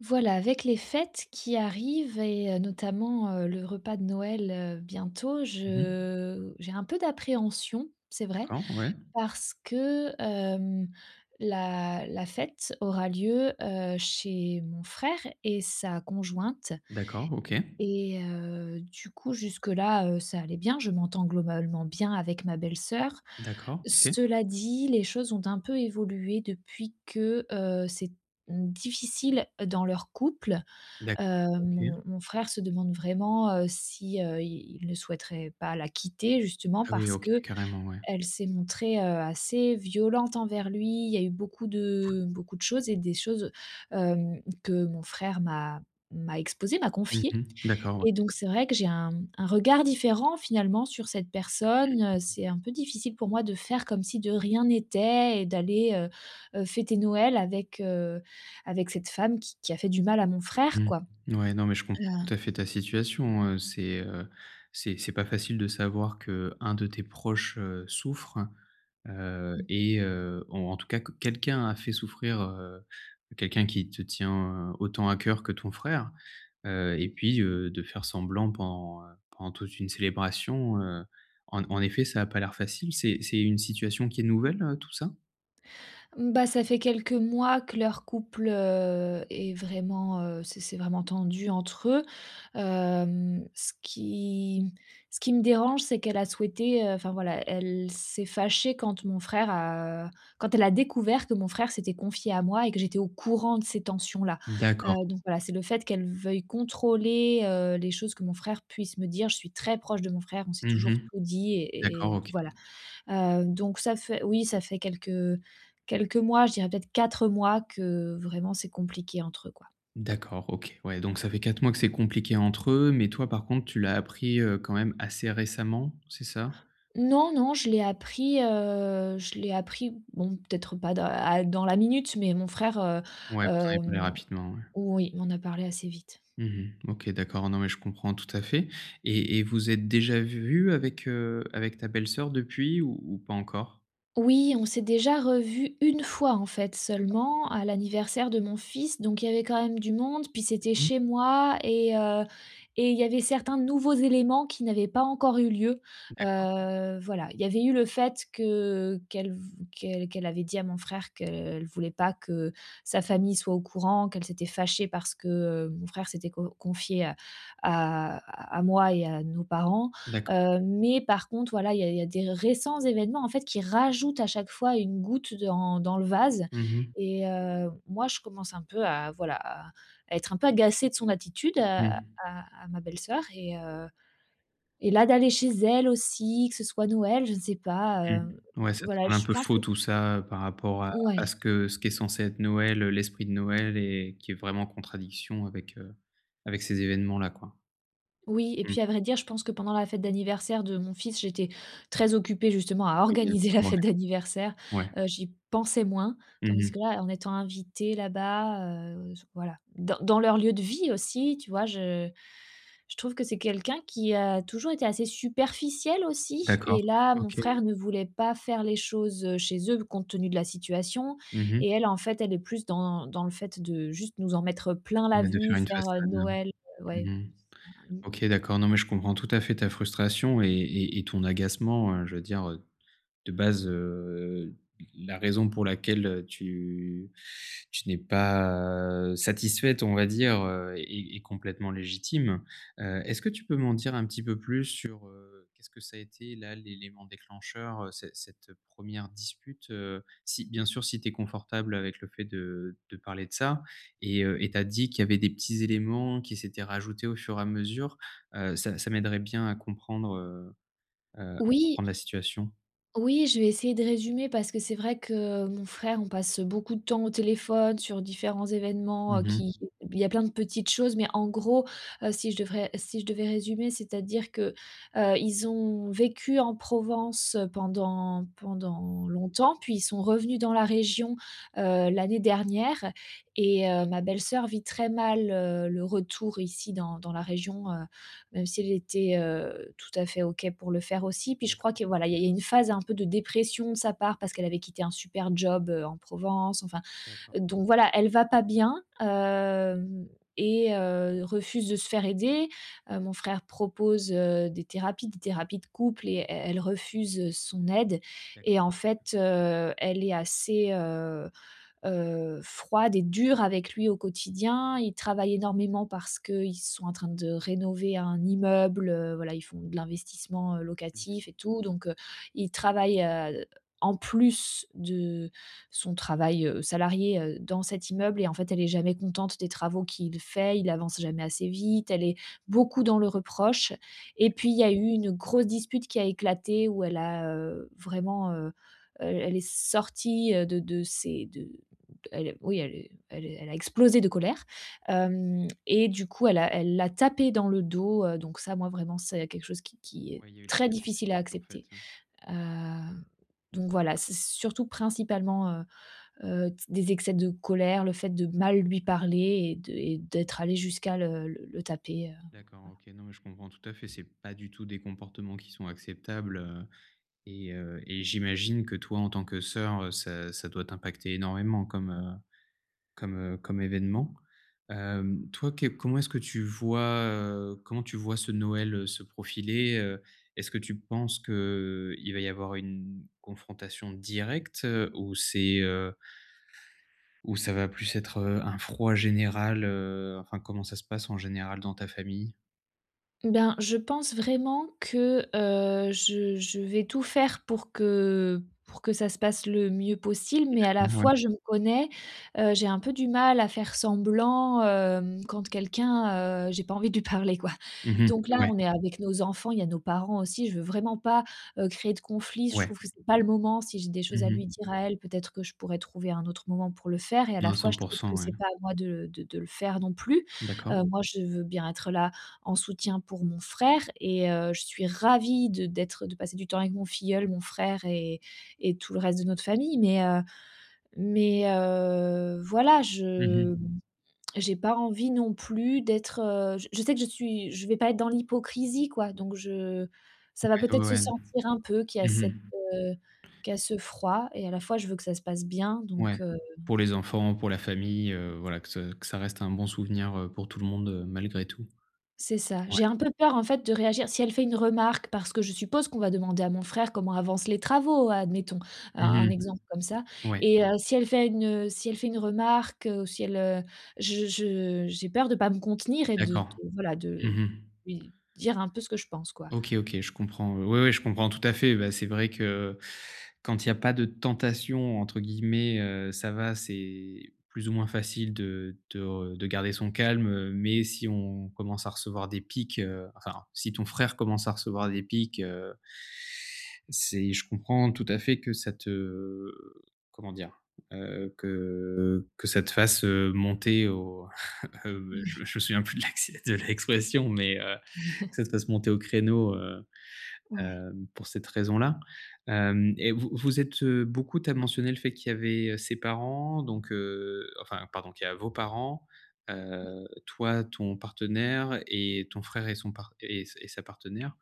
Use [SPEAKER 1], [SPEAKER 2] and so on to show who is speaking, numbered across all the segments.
[SPEAKER 1] Voilà, avec les fêtes qui arrivent et notamment, le repas de Noël, bientôt,
[SPEAKER 2] Mmh mh.
[SPEAKER 1] je j'ai un peu d'appréhension, c'est vrai,
[SPEAKER 2] D'accord, ouais.
[SPEAKER 1] parce que, la fête aura lieu, chez mon frère et sa conjointe
[SPEAKER 2] D'accord, OK.
[SPEAKER 1] et du coup jusque-là, ça allait bien. Je m'entends globalement bien avec ma belle-sœur.
[SPEAKER 2] D'accord, OK.
[SPEAKER 1] Cela dit, les choses ont un peu évolué depuis que, c'est, mmh, difficile dans leur couple.
[SPEAKER 2] D'accord, OK.
[SPEAKER 1] Mon frère se demande vraiment, si, i il ne souhaiterait pas la quitter justement
[SPEAKER 2] Ah oui,
[SPEAKER 1] parce
[SPEAKER 2] OK,
[SPEAKER 1] qu'elle
[SPEAKER 2] carrément, ouais.
[SPEAKER 1] s'est montrée, assez violente envers lui. Il y a eu beaucoup de choses et des choses, que mon frère m'a m'a exposées, m'a
[SPEAKER 2] Mmh
[SPEAKER 1] confiées,
[SPEAKER 2] mh. D'accord.
[SPEAKER 1] et donc c'est vrai que j'ai un regard différent finalement sur cette personne. C'est un peu difficile pour moi de faire comme si de rien n'était et d'aller, fêter Noël avec, avec cette femme qui a fait du mal à mon frère,
[SPEAKER 2] Mmh.
[SPEAKER 1] quoi.
[SPEAKER 2] Ouais, non, mais je
[SPEAKER 1] Euh,
[SPEAKER 2] comprends tout à fait ta situation, c'est, c'est pas facile de savoir que un de tes proches souffre, heu
[SPEAKER 1] Mmh.
[SPEAKER 2] et heu, en tout cas que quelqu'un a fait souffrir quelqu'un qui te tient autant à cœur que ton frère, et puis, de faire semblant pendant pendant toute une célébration, en effet, ça a pas l'air facile. C'est une situation qui est nouvelle, tout ça?
[SPEAKER 1] Bah, ça fait quelques mois que leur couple, est vraiment, c'est vraiment tendu entre eux. Hem, ce qui ce qui me dérange, c'est qu'elle a souhaité, enfin voilà, elle s'est fâchée quand elle a découvert que mon frère s'était confié à moi et que j'étais au courant de ces tensions-là.
[SPEAKER 2] D'accord.
[SPEAKER 1] Donc voilà, c'est le fait qu'elle veuille contrôler, les choses que mon frère puisse me dire. Je suis très proche de mon frère, on s'est toujours
[SPEAKER 2] Mmh.
[SPEAKER 1] tout dit et
[SPEAKER 2] D'accord,
[SPEAKER 1] et
[SPEAKER 2] OK.
[SPEAKER 1] voilà. Donc ça fait oui, ça fait quelques mois, je dirais peut-être 4 mois que vraiment c'est compliqué entre eux, quoi.
[SPEAKER 2] D'accord, OK. Ouais, donc ça fait 4 mois que c'est compliqué entre eux, mais toi, par contre, tu l'as appris, quand même assez récemment, c'est ça?
[SPEAKER 1] Non, non, je l'ai appris, bon, peut-être pas dans la minute, mais mon frère,
[SPEAKER 2] Ouais, vous en avez parlé
[SPEAKER 1] hem
[SPEAKER 2] rapidement, ouais.
[SPEAKER 1] oui, m'en a parlé assez vite.
[SPEAKER 2] Mmh. OK, d'accord. Non, mais je comprends tout à fait et vous êtes déjà vu avec ta belle-sœur depuis ou pas encore?
[SPEAKER 1] Oui, on s'est déjà revus une fois, en fait, seulement à l'anniversaire de mon fils, donc il y avait quand même du monde, puis c'était
[SPEAKER 2] Mmh.
[SPEAKER 1] chez moi et il y avait certains nouveaux éléments qui n'avaient pas encore eu lieu.
[SPEAKER 2] D'accord,
[SPEAKER 1] Voilà, il y avait eu le fait que qu'elle avait dit à mon frère qu'elle voulait pas que sa famille soit au courant, qu'elle s'était fâchée parce que, mon frère s'était co confié à à moi et à nos parents.
[SPEAKER 2] d'accord.
[SPEAKER 1] Mais par contre, voilà, il y a des récents événements, en fait, qui rajoutent à chaque fois une goutte dans le vase
[SPEAKER 2] Mmh mh.
[SPEAKER 1] et moi, je commence un peu à, voilà, à être un peu agacée de son attitude
[SPEAKER 2] Mmh.
[SPEAKER 1] à ma belle-sœur et là, d'aller chez elle aussi, que ce soit Noël, je ne sais pas,
[SPEAKER 2] Mmh. Ouais, ça
[SPEAKER 1] voilà,
[SPEAKER 2] semble un
[SPEAKER 1] je
[SPEAKER 2] peu
[SPEAKER 1] pense
[SPEAKER 2] faux
[SPEAKER 1] que
[SPEAKER 2] tout ça, par rapport à
[SPEAKER 1] ouais.
[SPEAKER 2] à ce que ce qui est censé être Noël, l'esprit de Noël et qui est vraiment en contradiction avec ces événements-là, quoi.
[SPEAKER 1] Oui et
[SPEAKER 2] Mmh.
[SPEAKER 1] puis à vrai dire, je pense que pendant la fête d'anniversaire de mon fils, j'étais très occupée justement à
[SPEAKER 2] Oui, bien sûr,
[SPEAKER 1] organiser la
[SPEAKER 2] ouais.
[SPEAKER 1] fête d'anniversaire,
[SPEAKER 2] Ouais.
[SPEAKER 1] j'y pensais moins.
[SPEAKER 2] Mmh
[SPEAKER 1] Tandis
[SPEAKER 2] mh.
[SPEAKER 1] que là, en étant invitée là-bas, voilà, dans leur lieu de vie aussi, tu vois? Je trouve que c'est quelqu'un qui a toujours été assez superficiel aussi et
[SPEAKER 2] D'accord.
[SPEAKER 1] là, mon
[SPEAKER 2] OK, ouais.
[SPEAKER 1] frère ne voulait pas faire les choses, chez eux compte tenu de la situation
[SPEAKER 2] Mmh mh.
[SPEAKER 1] et elle, en fait, elle est plus dans le fait de juste nous en mettre plein la
[SPEAKER 2] Ouais, de
[SPEAKER 1] vue,
[SPEAKER 2] faire une
[SPEAKER 1] faire,
[SPEAKER 2] façade,
[SPEAKER 1] Noël,
[SPEAKER 2] mmh
[SPEAKER 1] ouais,
[SPEAKER 2] mh.
[SPEAKER 1] une.
[SPEAKER 2] OK, d'accord. Non, mais je comprends tout à fait ta frustration et et ton agacement, je veux dire, de base, la raison pour laquelle, tu n'es pas, satisfaite, on va dire, est complètement légitime. Est-ce que tu peux m'en dire un petit peu plus sur, qu'est-ce que ça a été là l'élément déclencheur, ce cette, première dispute? Si bien sûr, si tu es confortable avec le fait de parler de ça et tu dit qu'il y avait des petits éléments qui s'étaient rajoutés au fur et à mesure. Ça m'aiderait bien à heu, à
[SPEAKER 1] Oui,
[SPEAKER 2] comprendre la situation.
[SPEAKER 1] oui, je vais essayer de résumer parce que c'est vrai que mon frère, on passe beaucoup de temps au téléphone sur différents événements,
[SPEAKER 2] Mmh.
[SPEAKER 1] qui il y a plein de petites choses, mais en gros, si je devais résumer, c'est-à-dire que, ils ont vécu en Provence pendant longtemps, puis ils sont revenus dans la région, l'année dernière et ma belle-sœur vit très mal, le retour ici dans la région, même si elle était, tout à fait OK pour le faire aussi. Puis je crois
[SPEAKER 2] D'accord,
[SPEAKER 1] que voilà, il y a une phase un peu de dépression de sa part parce qu'elle avait quitté un super job, en Provence, enfin,
[SPEAKER 2] d'accord,
[SPEAKER 1] donc voilà, elle va pas bien, hem et refuse de se faire aider. Mon frère propose, des thérapies de couple et e elle refuse son aide
[SPEAKER 2] d'accord.
[SPEAKER 1] et en fait, elle est assez, froide et dure avec lui au quotidien. Ils travaillent énormément parce qu'ils sont en train de rénover un immeuble. Voilà, ils font de l'investissement,
[SPEAKER 2] Mmh.
[SPEAKER 1] locatif et tout donc ils travaillent, en plus de son travail, salarié, dans cet immeuble, et en fait, elle est jamais contente des travaux qu'il fait, il avance jamais assez vite, elle est beaucoup dans le reproche. Et puis il y a eu une grosse dispute qui a éclaté où elle a, vraiment, elle est sortie, de ses de elle oui, elle elle elle a explosé de colère, hem et du coup, elle l'a tapé dans le dos. Donc ça, moi, vraiment, c'est quelque chose qui est
[SPEAKER 2] Ouais, il y a eu de la
[SPEAKER 1] très
[SPEAKER 2] violence
[SPEAKER 1] difficile à
[SPEAKER 2] physique, en
[SPEAKER 1] accepter.
[SPEAKER 2] fait, hein.
[SPEAKER 1] Heu, donc voilà, c'est surtout principalement, t des excès de colère, le fait de mal lui parler et de et d'être allé jusqu'à le taper,
[SPEAKER 2] D'accord,
[SPEAKER 1] voilà.
[SPEAKER 2] OK. Non, mais je comprends tout à fait, c'est pas du tout des comportements qui sont acceptables, et j'imagine que toi, en tant que sœur, ça doit t'impacter énormément comme événement. Toi, que comment est-ce que tu vois, comment tu vois ce Noël, se profiler? Est-ce que tu penses que il va y avoir une confrontation directe, ou ça va plus être, un froid général, enfin comment ça se passe en général dans ta famille?
[SPEAKER 1] Ben, je pense vraiment que, je vais tout faire pour que ça se passe le mieux possible, mais à la
[SPEAKER 2] Ouais.
[SPEAKER 1] fois je me connais, j'ai un peu du mal à faire semblant, quand quelqu'un, j'ai pas envie de lui parler quoi.
[SPEAKER 2] Mmh mh.
[SPEAKER 1] Donc là,
[SPEAKER 2] Ouais,
[SPEAKER 1] on est avec nos enfants, il y a nos parents aussi, je veux vraiment pas, créer de conflit, je
[SPEAKER 2] ouais.
[SPEAKER 1] trouve que c'est pas le moment. Si j'ai des choses à
[SPEAKER 2] Mmh
[SPEAKER 1] lui
[SPEAKER 2] mh.
[SPEAKER 1] dire à elle, peut-être que je pourrais trouver un autre moment pour le faire, et à la
[SPEAKER 2] Non,
[SPEAKER 1] fois je trouve que
[SPEAKER 2] 100 %, ouais.
[SPEAKER 1] c'est pas à moi de le faire non plus.
[SPEAKER 2] D'accord.
[SPEAKER 1] Moi je veux bien être là en soutien pour mon frère et je suis ravie de d'être de passer du temps avec mon filleul, mon frère et tout le reste de notre famille. Voilà, je
[SPEAKER 2] Mmh.
[SPEAKER 1] j'ai pas envie non plus d'être, je sais que je vais pas être dans l'hypocrisie, quoi. Donc je Ça va
[SPEAKER 2] Ouais, ouais,
[SPEAKER 1] peut-être se
[SPEAKER 2] ouais.
[SPEAKER 1] sentir un peu qu'il y a cette,
[SPEAKER 2] Mmh.
[SPEAKER 1] qu'il y a ce froid, et à la fois je veux que ça se passe bien
[SPEAKER 2] Ouais.
[SPEAKER 1] donc heu.
[SPEAKER 2] Pour les enfants, pour la famille, voilà que ce que ça reste un bon souvenir, pour tout le monde, malgré tout.
[SPEAKER 1] C'est ça.
[SPEAKER 2] Ouais.
[SPEAKER 1] J'ai un peu peur, en fait, de réagir si elle fait une remarque parce que je suppose qu'on va demander à mon frère comment avancent les travaux, admettons, un
[SPEAKER 2] Mmh.
[SPEAKER 1] exemple comme ça.
[SPEAKER 2] Ouais,
[SPEAKER 1] Et si elle fait une remarque, ou si elle, je j'ai peur de pas me contenir et de
[SPEAKER 2] d'accord.
[SPEAKER 1] voilà, de
[SPEAKER 2] Mmh.
[SPEAKER 1] lui dire un peu ce que je pense, quoi.
[SPEAKER 2] OK, OK, je comprends, oui, oui, je comprends tout à fait. Bah, c'est vrai que quand il y a pas de «tentation» entre guillemets, ça va, c'est plus ou moins facile de garder son calme, mais si on commence à recevoir des pics, enfin, si ton frère commence à recevoir des pics, c'est je comprends tout à fait que ça te, comment dire? Que ça te fasse, monter au
[SPEAKER 1] Ouais,
[SPEAKER 2] je me souviens plus de l'expression mais que ça se fasse monter au créneau,
[SPEAKER 1] ouais.
[SPEAKER 2] pour cette raison-là. Hem et vous vous êtes, beaucoup tu as mentionné le fait qu'il y avait, ses parents, donc enfin pardon, qu'il y a vos parents, toi, ton partenaire et ton frère et sa partenaire.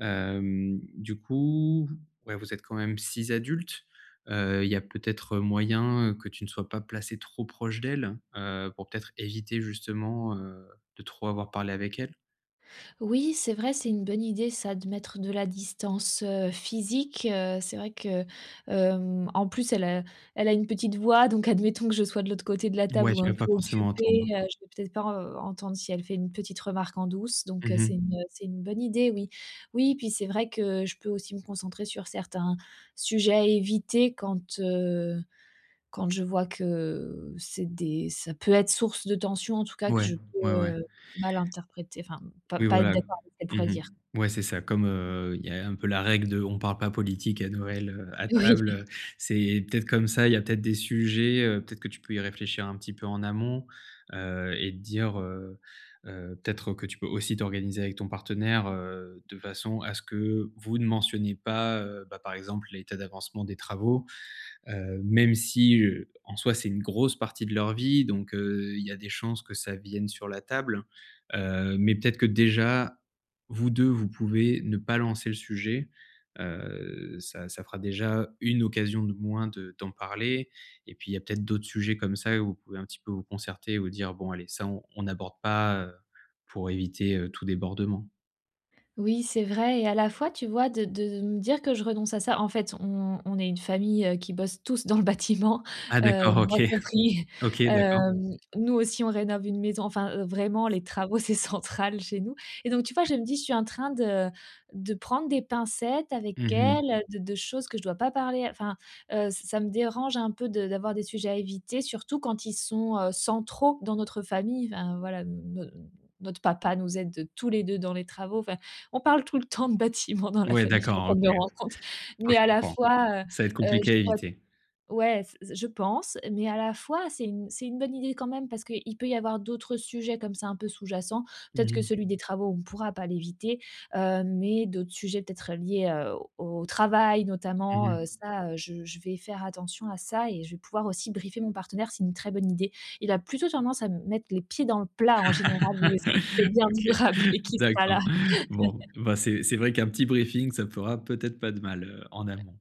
[SPEAKER 2] Du coup, ouais, vous êtes quand même 6 adultes. Il y a peut-être, moyen, que tu ne sois pas placé trop proche d'elle, pour peut-être éviter justement, de trop avoir parlé avec elle?
[SPEAKER 1] Oui, c'est vrai, c'est une bonne idée ça de mettre de la distance, physique, c'est vrai que, en plus elle a une petite voix donc admettons que je sois de l'autre côté de la
[SPEAKER 2] Ouais,
[SPEAKER 1] table ou
[SPEAKER 2] tu
[SPEAKER 1] un
[SPEAKER 2] vas pas
[SPEAKER 1] peu
[SPEAKER 2] forcément
[SPEAKER 1] occupée,
[SPEAKER 2] entendre.
[SPEAKER 1] je vais peut-être pas en entendre si elle fait une petite remarque en douce donc
[SPEAKER 2] Mmh mh.
[SPEAKER 1] c'est une bonne idée, oui. Oui, puis c'est vrai que je peux aussi me concentrer sur certains sujets à éviter quand je vois que c'est des ça peut être source de tension, en tout cas, que
[SPEAKER 2] Ouais,
[SPEAKER 1] je peux,
[SPEAKER 2] ouais, ouais.
[SPEAKER 1] mal interpréter, enfin,
[SPEAKER 2] Oui,
[SPEAKER 1] pas être
[SPEAKER 2] voilà.
[SPEAKER 1] d'accord avec ce qu'elle
[SPEAKER 2] Mmh
[SPEAKER 1] pourrait
[SPEAKER 2] mh.
[SPEAKER 1] dire.
[SPEAKER 2] Ouais, c'est ça. Comme, il y a un peu la règle de on parle pas politique à Noël, à table,
[SPEAKER 1] Oui.
[SPEAKER 2] c'est peut-être comme ça, il y a peut-être des sujets, peut-être que tu peux y réfléchir un petit peu en amont, et te dire, peut-être que tu peux aussi t'organiser avec ton partenaire, de façon à ce que vous ne mentionniez pas, bah, par exemple, l'état d'avancement des travaux. Même si, en soi, c'est une grosse partie de leur vie, donc il y a des chances que ça vienne sur la table. Mais peut-être que déjà, vous 2 vous pouvez ne pas lancer le sujet. Ça fera déjà une occasion de moins de d'en parler et puis il y a peut-être d'autres sujets comme ça où vous pouvez un petit peu vous concerter, et vous dire: «Bon allez, ça on n'aborde pas,» pour éviter, tout débordement.
[SPEAKER 1] Oui, c'est vrai, et à la fois, tu vois, de me dire que je renonce à ça. En fait, on est une famille, qui bosse tous dans le bâtiment,
[SPEAKER 2] Ah d'accord,
[SPEAKER 1] moi
[SPEAKER 2] OK.
[SPEAKER 1] compris.
[SPEAKER 2] OK, d'accord.
[SPEAKER 1] Nous aussi, on rénove une maison, enfin, vraiment les travaux, c'est central chez nous, et donc tu vois, je me dis: «Je suis en train de prendre des pincettes avec
[SPEAKER 2] Mmh.
[SPEAKER 1] elle, de choses que je dois pas parler» enfin, ç ça me dérange un peu de d'avoir des sujets à éviter, surtout quand ils sont, centraux dans notre famille. Enfin voilà, ne notre papa nous aide tous les 2 dans les travaux, enfin on parle tout le temps de bâtiments dans la
[SPEAKER 2] Ouais,
[SPEAKER 1] famille, je suis en
[SPEAKER 2] d'accord,
[SPEAKER 1] train de me
[SPEAKER 2] OK.
[SPEAKER 1] rendre compte,
[SPEAKER 2] Ouais,
[SPEAKER 1] mais à
[SPEAKER 2] je
[SPEAKER 1] la
[SPEAKER 2] comprends.
[SPEAKER 1] fois,
[SPEAKER 2] Ça va être compliqué à
[SPEAKER 1] je vois,
[SPEAKER 2] éviter.
[SPEAKER 1] ouais, c je pense, mais à la fois, c'est une bonne idée quand même parce qu'il peut y avoir d'autres sujets comme ça un peu sous-jacents.
[SPEAKER 2] Mmh
[SPEAKER 1] Peut-être que
[SPEAKER 2] mh.
[SPEAKER 1] celui des travaux, on pourra pas l'éviter, mais d'autres sujets peut-être liés, au travail
[SPEAKER 2] Mmh
[SPEAKER 1] notamment,
[SPEAKER 2] mh.
[SPEAKER 1] je vais faire attention à ça et je vais pouvoir aussi briefer mon partenaire, c'est une très bonne idée. Il a plutôt tendance à me mettre les pieds dans le plat en général, lui aussi, tu fais bien de
[SPEAKER 2] OK,
[SPEAKER 1] me rappeler qu'il sera
[SPEAKER 2] d'accord.
[SPEAKER 1] là.
[SPEAKER 2] Bon, bah, c'est vrai qu'un petit briefing, ça fera peut-être pas de mal, en amont.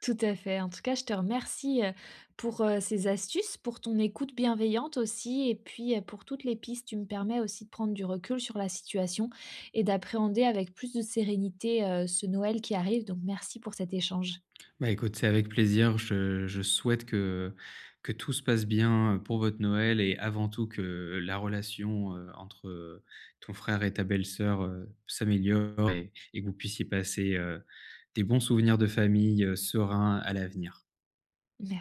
[SPEAKER 1] Tout à fait. En tout cas, je te remercie, pour, ces astuces, pour ton écoute bienveillante aussi et puis, pour toutes les pistes. Tu me permets aussi de prendre du recul sur la situation et d'appréhender avec plus de sérénité, ce Noël qui arrive, donc merci pour cet échange.
[SPEAKER 2] Bah, écoute, c'est avec plaisir. Je souhaite que tout se passe bien, pour votre Noël et avant tout que la relation, entre, ton frère et ta belle-sœur, s'améliore et que vous puissiez passer, des bons souvenirs de famille, sereins à l'avenir.
[SPEAKER 1] Mer